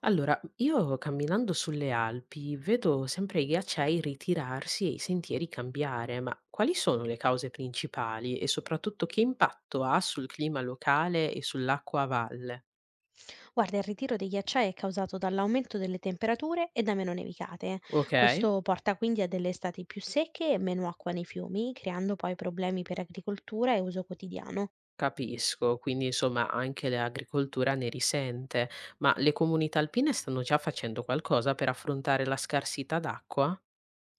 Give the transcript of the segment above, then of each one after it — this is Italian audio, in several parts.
Allora, io camminando sulle Alpi vedo sempre i ghiacciai ritirarsi e i sentieri cambiare, ma quali sono le cause principali e soprattutto che impatto ha sul clima locale e sull'acqua a valle? Guarda, il ritiro dei ghiacciai è causato dall'aumento delle temperature e da meno nevicate. Ok, Questo porta quindi a delle estati più secche e meno acqua nei fiumi, creando poi problemi per agricoltura e uso quotidiano. capisco, quindi insomma anche l'agricoltura ne risente, ma le comunità alpine stanno già facendo qualcosa per affrontare la scarsità d'acqua?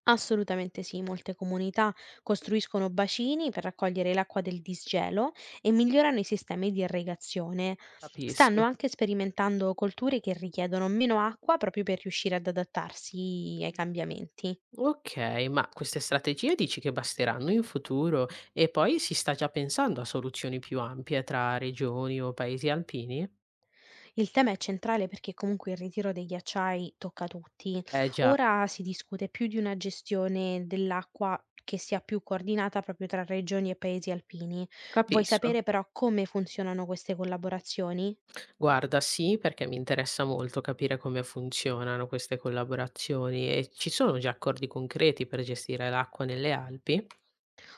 Assolutamente sì, molte comunità costruiscono bacini per raccogliere l'acqua del disgelo e migliorano i sistemi di irrigazione. Stanno Capisco. anche sperimentando colture che richiedono meno acqua proprio per riuscire ad adattarsi ai cambiamenti. Okay, ma queste strategie dici che basteranno in futuro? E poi si sta già pensando a soluzioni più ampie tra regioni o paesi alpini? Il tema è centrale perché comunque il ritiro dei ghiacciai tocca tutti. Eh già, Ora si discute più di una gestione dell'acqua che sia più coordinata proprio tra regioni e paesi alpini. Vuoi capisco. sapere però come funzionano queste collaborazioni? Guarda, sì, perché mi interessa molto capire come funzionano queste collaborazioni e ci sono già accordi concreti per gestire l'acqua nelle Alpi?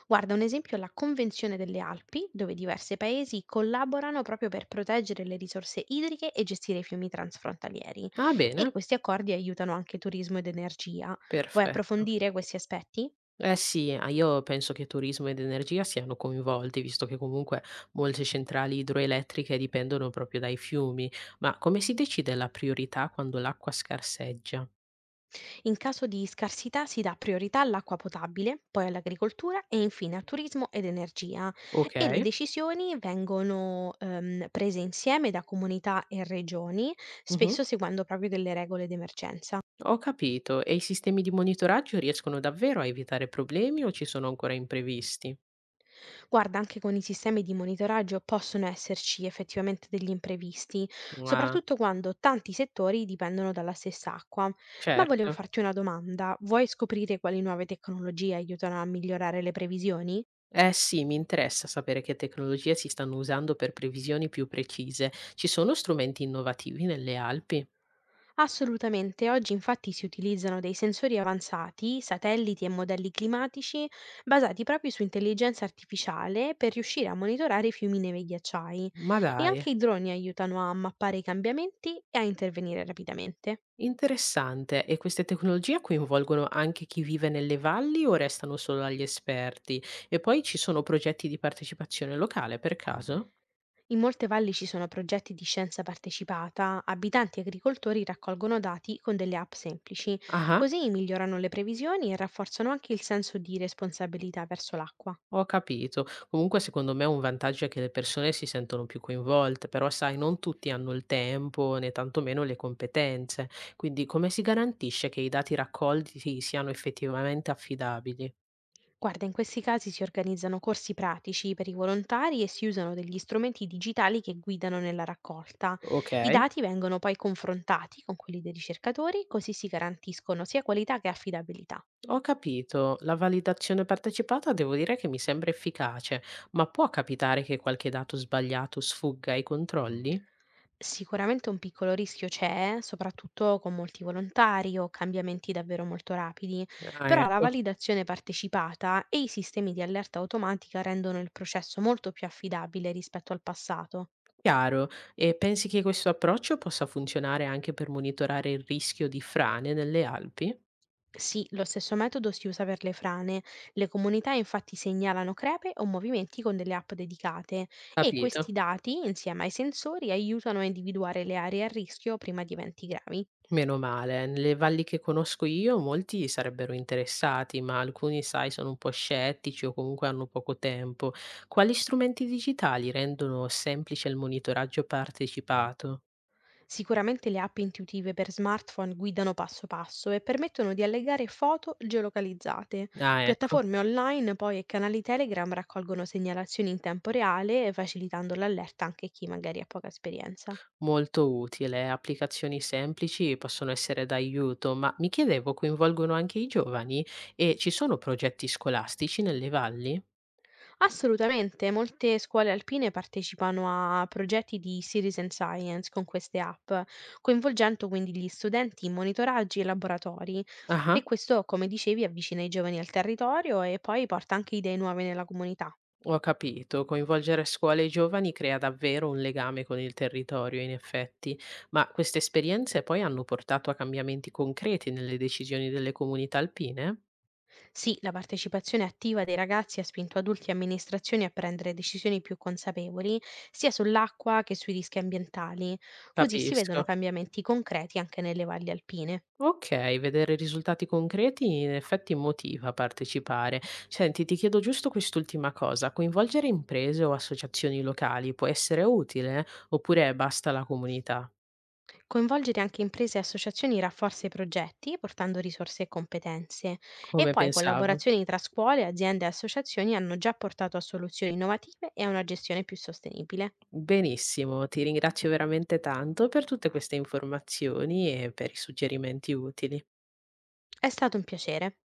Guarda, un esempio è la Convenzione delle Alpi, dove diversi paesi collaborano proprio per proteggere le risorse idriche e gestire i fiumi transfrontalieri. Ah, E bene, questi accordi aiutano anche turismo ed energia. Vuoi perfetto. approfondire questi aspetti? Eh sì, ah, io penso che turismo ed energia siano coinvolti, visto che comunque molte centrali idroelettriche dipendono proprio dai fiumi. Ma come si decide la priorità quando l'acqua scarseggia? In caso di scarsità si dà priorità all'acqua potabile, poi all'agricoltura e infine a turismo ed energia Ok, e le decisioni vengono prese insieme da comunità e regioni, mhm, spesso seguendo proprio delle regole d'emergenza. ho capito. E i sistemi di monitoraggio riescono davvero a evitare problemi o ci sono ancora imprevisti? Guarda, anche con i sistemi di monitoraggio possono esserci effettivamente degli imprevisti, Ah, soprattutto quando tanti settori dipendono dalla stessa acqua. Ma volevo certo. farti una domanda, vuoi scoprire quali nuove tecnologie aiutano a migliorare le previsioni? Eh sì, mi interessa sapere che tecnologie si stanno usando per previsioni più precise. Ci sono strumenti innovativi nelle Alpi? Assolutamente, oggi infatti si utilizzano dei sensori avanzati, satelliti e modelli climatici basati proprio su intelligenza artificiale per riuscire a monitorare i fiumi neve e ghiacciai Ma e dai. anche i droni aiutano a mappare i cambiamenti e a intervenire rapidamente. Interessante. E queste tecnologie coinvolgono anche chi vive nelle valli o restano solo agli esperti? E poi ci sono progetti di partecipazione locale, per caso? In molte valli ci sono progetti di scienza partecipata, abitanti e agricoltori raccolgono dati con delle app semplici, Ah, così migliorano le previsioni e rafforzano anche il senso di responsabilità verso l'acqua. ho capito. Comunque, secondo me, un vantaggio è che le persone si sentono più coinvolte, però, sai, non tutti hanno il tempo né tantomeno le competenze. Quindi, come si garantisce che i dati raccolti siano effettivamente affidabili? Guarda, in questi casi si organizzano corsi pratici per i volontari e si usano degli strumenti digitali che guidano nella raccolta. Ok. I dati vengono poi confrontati con quelli dei ricercatori, così si garantiscono sia qualità che affidabilità. Ho capito, la validazione partecipata devo dire che mi sembra efficace, ma può capitare che qualche dato sbagliato sfugga ai controlli? Sicuramente un piccolo rischio c'è, soprattutto con molti volontari o cambiamenti davvero molto rapidi, Ah, però la ecco, validazione partecipata e i sistemi di allerta automatica rendono il processo molto più affidabile rispetto al passato. chiaro. E pensi che questo approccio possa funzionare anche per monitorare il rischio di frane nelle Alpi? Sì, lo stesso metodo si usa per le frane. Le comunità infatti segnalano crepe o movimenti con delle app dedicate e Capito. questi dati, insieme ai sensori, aiutano a individuare le aree a rischio prima di eventi gravi. Meno male, nelle valli che conosco io molti sarebbero interessati, ma alcuni, sai, sono un po' scettici o comunque hanno poco tempo. Quali strumenti digitali rendono semplice il monitoraggio partecipato? Sicuramente le app intuitive per smartphone guidano passo passo e permettono di allegare foto geolocalizzate. Ah, ecco, Piattaforme online poi e canali Telegram raccolgono segnalazioni in tempo reale, facilitando l'allerta anche a chi magari ha poca esperienza. molto utile. Applicazioni semplici possono essere d'aiuto, ma mi chiedevo, coinvolgono anche i giovani? E ci sono progetti scolastici nelle valli? Assolutamente, molte scuole alpine partecipano a progetti di Citizen Science con queste app, coinvolgendo quindi gli studenti in monitoraggi e laboratori. Ah, E questo, come dicevi, avvicina i giovani al territorio e poi porta anche idee nuove nella comunità. ho capito. Coinvolgere scuole e giovani crea davvero un legame con il territorio, in effetti. Ma queste esperienze poi hanno portato a cambiamenti concreti nelle decisioni delle comunità alpine? Sì, la partecipazione attiva dei ragazzi ha spinto adulti e amministrazioni a prendere decisioni più consapevoli, sia sull'acqua che sui rischi ambientali. Così si vedono Capisco. cambiamenti concreti anche nelle valli alpine. Okay, vedere risultati concreti in effetti motiva a partecipare. Senti, ti chiedo giusto quest'ultima cosa, coinvolgere imprese o associazioni locali può essere utile oppure basta la comunità? Coinvolgere anche imprese e associazioni rafforza i progetti, portando risorse e competenze. E Come poi pensavo. collaborazioni tra scuole, aziende e associazioni hanno già portato a soluzioni innovative e a una gestione più sostenibile. Benissimo, ti ringrazio veramente tanto per tutte queste informazioni e per i suggerimenti utili. È stato un piacere.